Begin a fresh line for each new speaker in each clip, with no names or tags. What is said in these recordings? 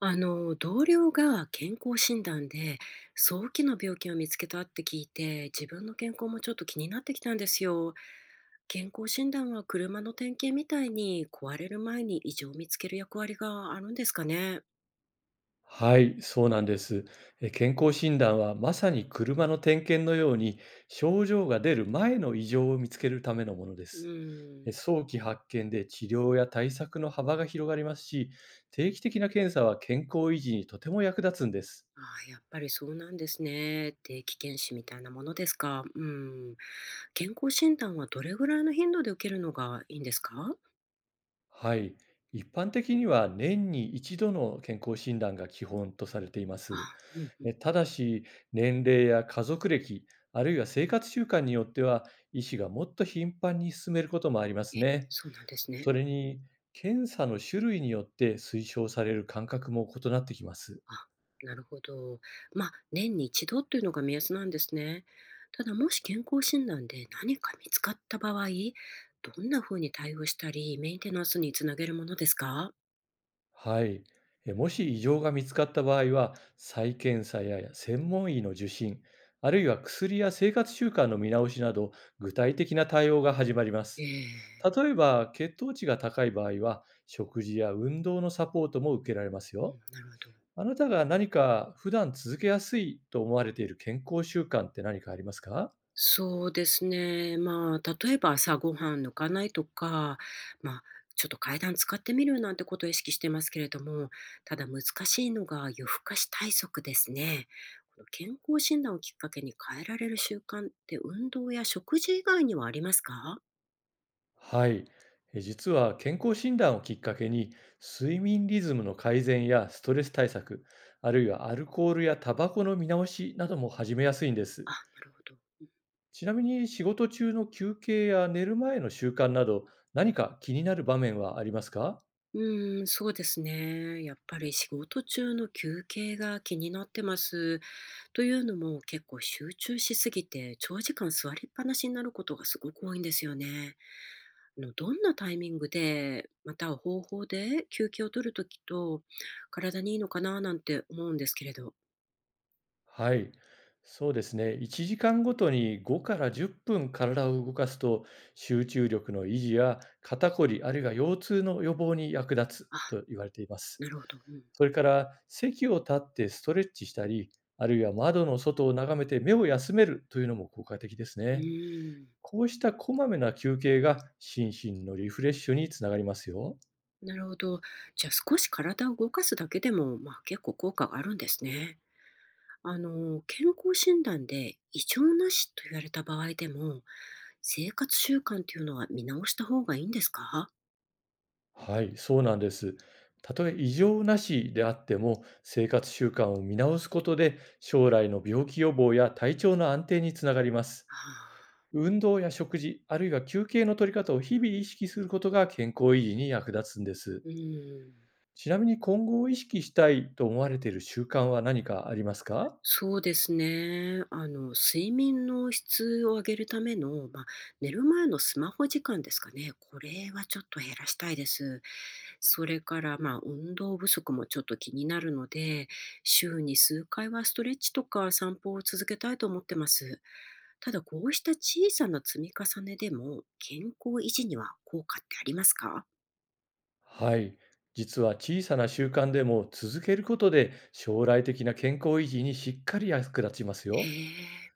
同僚が健康診断で早期の病気を見つけたって聞いて、自分の健康もちょっと気になってきたんですよ。健康診断は車の点検みたいに壊れる前に異常を見つける役割があるんですかね。
はい、そうなんです。健康診断はまさに車の点検のように、症状が出る前の異常を見つけるためのもので
う
す。
ん。
早期発見で治療や対策の幅が広がりますし、定期的な検査は健康維持にとても役立つんです。
ああ、やっぱりそうなんですね。定期検診みたいなものですか。うん。健康診断はどれぐらいの頻度で受けるのがいいんですか。
はい。一般的には年に一度の健康診断が基本とされていま
あ、
す。
うんうん。
ただし、年齢や家族歴、あるいは生活習慣によっては、医師がもっと頻繁に進めることもありま
え、
すね。
そうなんですね。
それに、検査の種類によって推奨される間隔も異なってきます。
あ、なるほど。まあ、年に一度というのが目安なんですね。ただ、もし健康診断で何か見つかった場合、どんなふうに対応したり、メンテナンスにつなげるものですか？
はい。もし異常が見つかった場合は、再検査や専門医の受診、あるいは薬や生活習慣の見直しなど、具体的な対応が始まりま
え
す。
え。
例えば、血糖値が高い場合は、食事や運動のサポートも受けられます
うん、
よ。
なるほど。
あなたが何か普段続けやすいと思われている健康習慣って何かありますか？
そうですね。まあ、例えば朝ごはん抜かないとか、まあ、ちょっと階段使ってみるなんてことを意識してますけれども、ただ難しいのが夜更かし対策ですね。この健康診断をきっかけに変えられる習慣って運動や食事以外にはありますか？
はい。実は健康診断をきっかけに、睡眠リズムの改善やストレス対策、あるいはアルコールやタバコの見直しなども始めやすいんで
あ、
す。
なるほど。
ちなみに仕事中の休憩や寝る前の習慣など、何か気になる場面はありますか？
そうですね。やっぱり仕事中の休憩が気になってます。というのも結構集中しすぎて長時間座りっぱなしになることがすごく多いんですよね。のどんなタイミングで、または方法で休憩を取るときと体にいいのかななんて思うんですけれど。
はい、そうですね。1時間ごとに5から10分体を動かすと、集中力の維持や肩こり、あるいは腰痛の予防に役立
あ、
つと言われています。
なるほど。うん。
それから、席を立ってストレッチしたり、あるいは窓の外を眺めて目を休めるというのも効果的です
う
ね。
ーん。
こうしたこまめな休憩が心身のリフレッシュにつながりますよ。
なるほど。じゃあ少し体を動かすだけでも、まあ、結構効果があるんですね。健康診断で異常なしと言われた場合でも、生活習慣っていうのは見直した方がいいんですか？
はい、そうなんです。たとえ異常なしであっても、生活習慣を見直すことで、将来の病気予防や体調の安定につながります。
あ
運動や食事、あるいは休憩の取り方を日々意識することが健康維持に役立つんです。
あー、うーん。
ちなみに今後意識したいと思われている習慣は何かありますか？
そうですね。睡眠の質を上げるための、まあ、寝る前のスマホ時間ですかね、これはちょっと減らしたいです。それから、運動不足もちょっと気になるので、週に数回はストレッチとか散歩を続けたいと思ってます。ただ、こうした小さな積み重ねでも、健康維持には効果ってありますか？
はい、実は小さな習慣でも続けることで、将来的な健康維持にしっかり役立ちます
へ
よ。
え、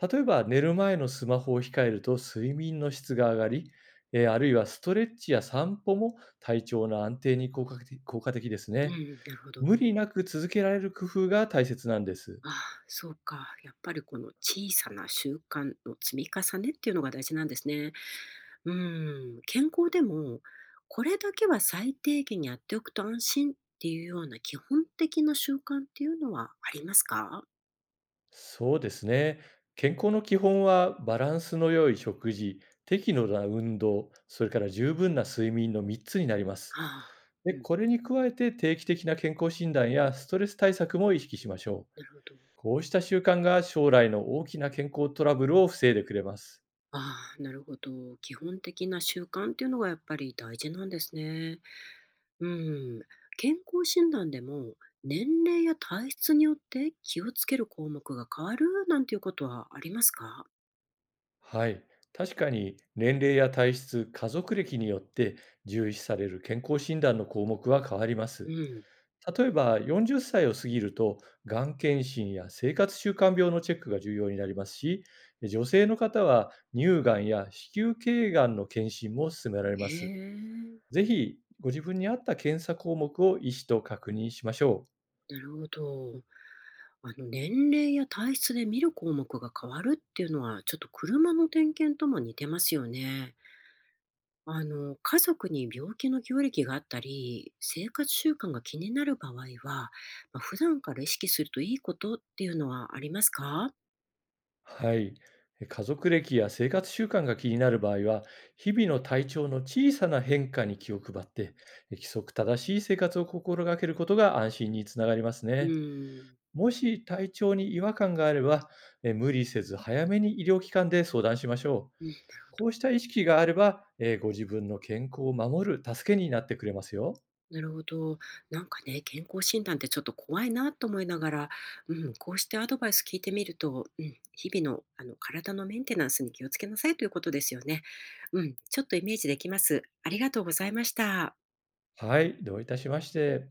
例えば寝る前のスマホを控えると睡眠の質が上がり、あるいはストレッチや散歩も体調の安定に効果的効果的です
う
ね。
ん、なるほど。
無理なく続けられる工夫が大切なんです。
あ、そうか。やっぱりこの小さな習慣の積み重ねっていうのが大事なんですね。うん、健康でも、これだけは最低限やっておくと安心っていうような基本的な習慣っていうのはありますか？
そうですね。健康の基本はバランスの良い食事、適度な運動、それから十分な睡眠の3つになります。
ああ、う
で、
ん、
これに加えて定期的な健康診断やストレス対策も意識しましょう。
なるほど。
こうした習慣が将来の大きな健康トラブルを防いでくれます。
ああ、なるほど。基本的な習慣っていうのがやっぱり大事なんですね。うん、健康診断でも、年齢や体質によって気をつける項目が変わるなんていうことはありますか？
はい。確かに年齢や体質、家族歴によって、重視される健康診断の項目は変わりま
う
す。
ん。
例えば40歳を過ぎると、がん検診や生活習慣病のチェックが重要になりますし、女性の方は乳がんや子宮頸がんの検診も勧められ
え
ます。
え、
ぜひご自分に合った検査項目を医師と確認しましょう。
なるほど。年齢や体質で見る項目が変わるっていうのは、ちょっと車の点検とも似てますよね。家族に病気の病歴があったり、生活習慣が気になる場合は、まあ、普段から意識するといいことっていうのはありますか？
はい。家族歴や生活習慣が気になる場合は、日々の体調の小さな変化に気を配って、規則正しい生活を心がけることが安心につながります
う
ね。
ん。
もし体調に違和感があれば、無理せず早めに医療機関で相談しましょう。
うん、なるほど、
こうした意識があれば、ご自分の健康を守る助けになってくれますよ。
なるほど。なんかね、健康診断ってちょっと怖いなと思いながら、うん、こうしてアドバイス聞いてみると、うん、日々の体のメンテナンスに気をつけなさいということですよね。うん、ちょっとイメージできます。ありがとうございました。
はい、どういたしまして。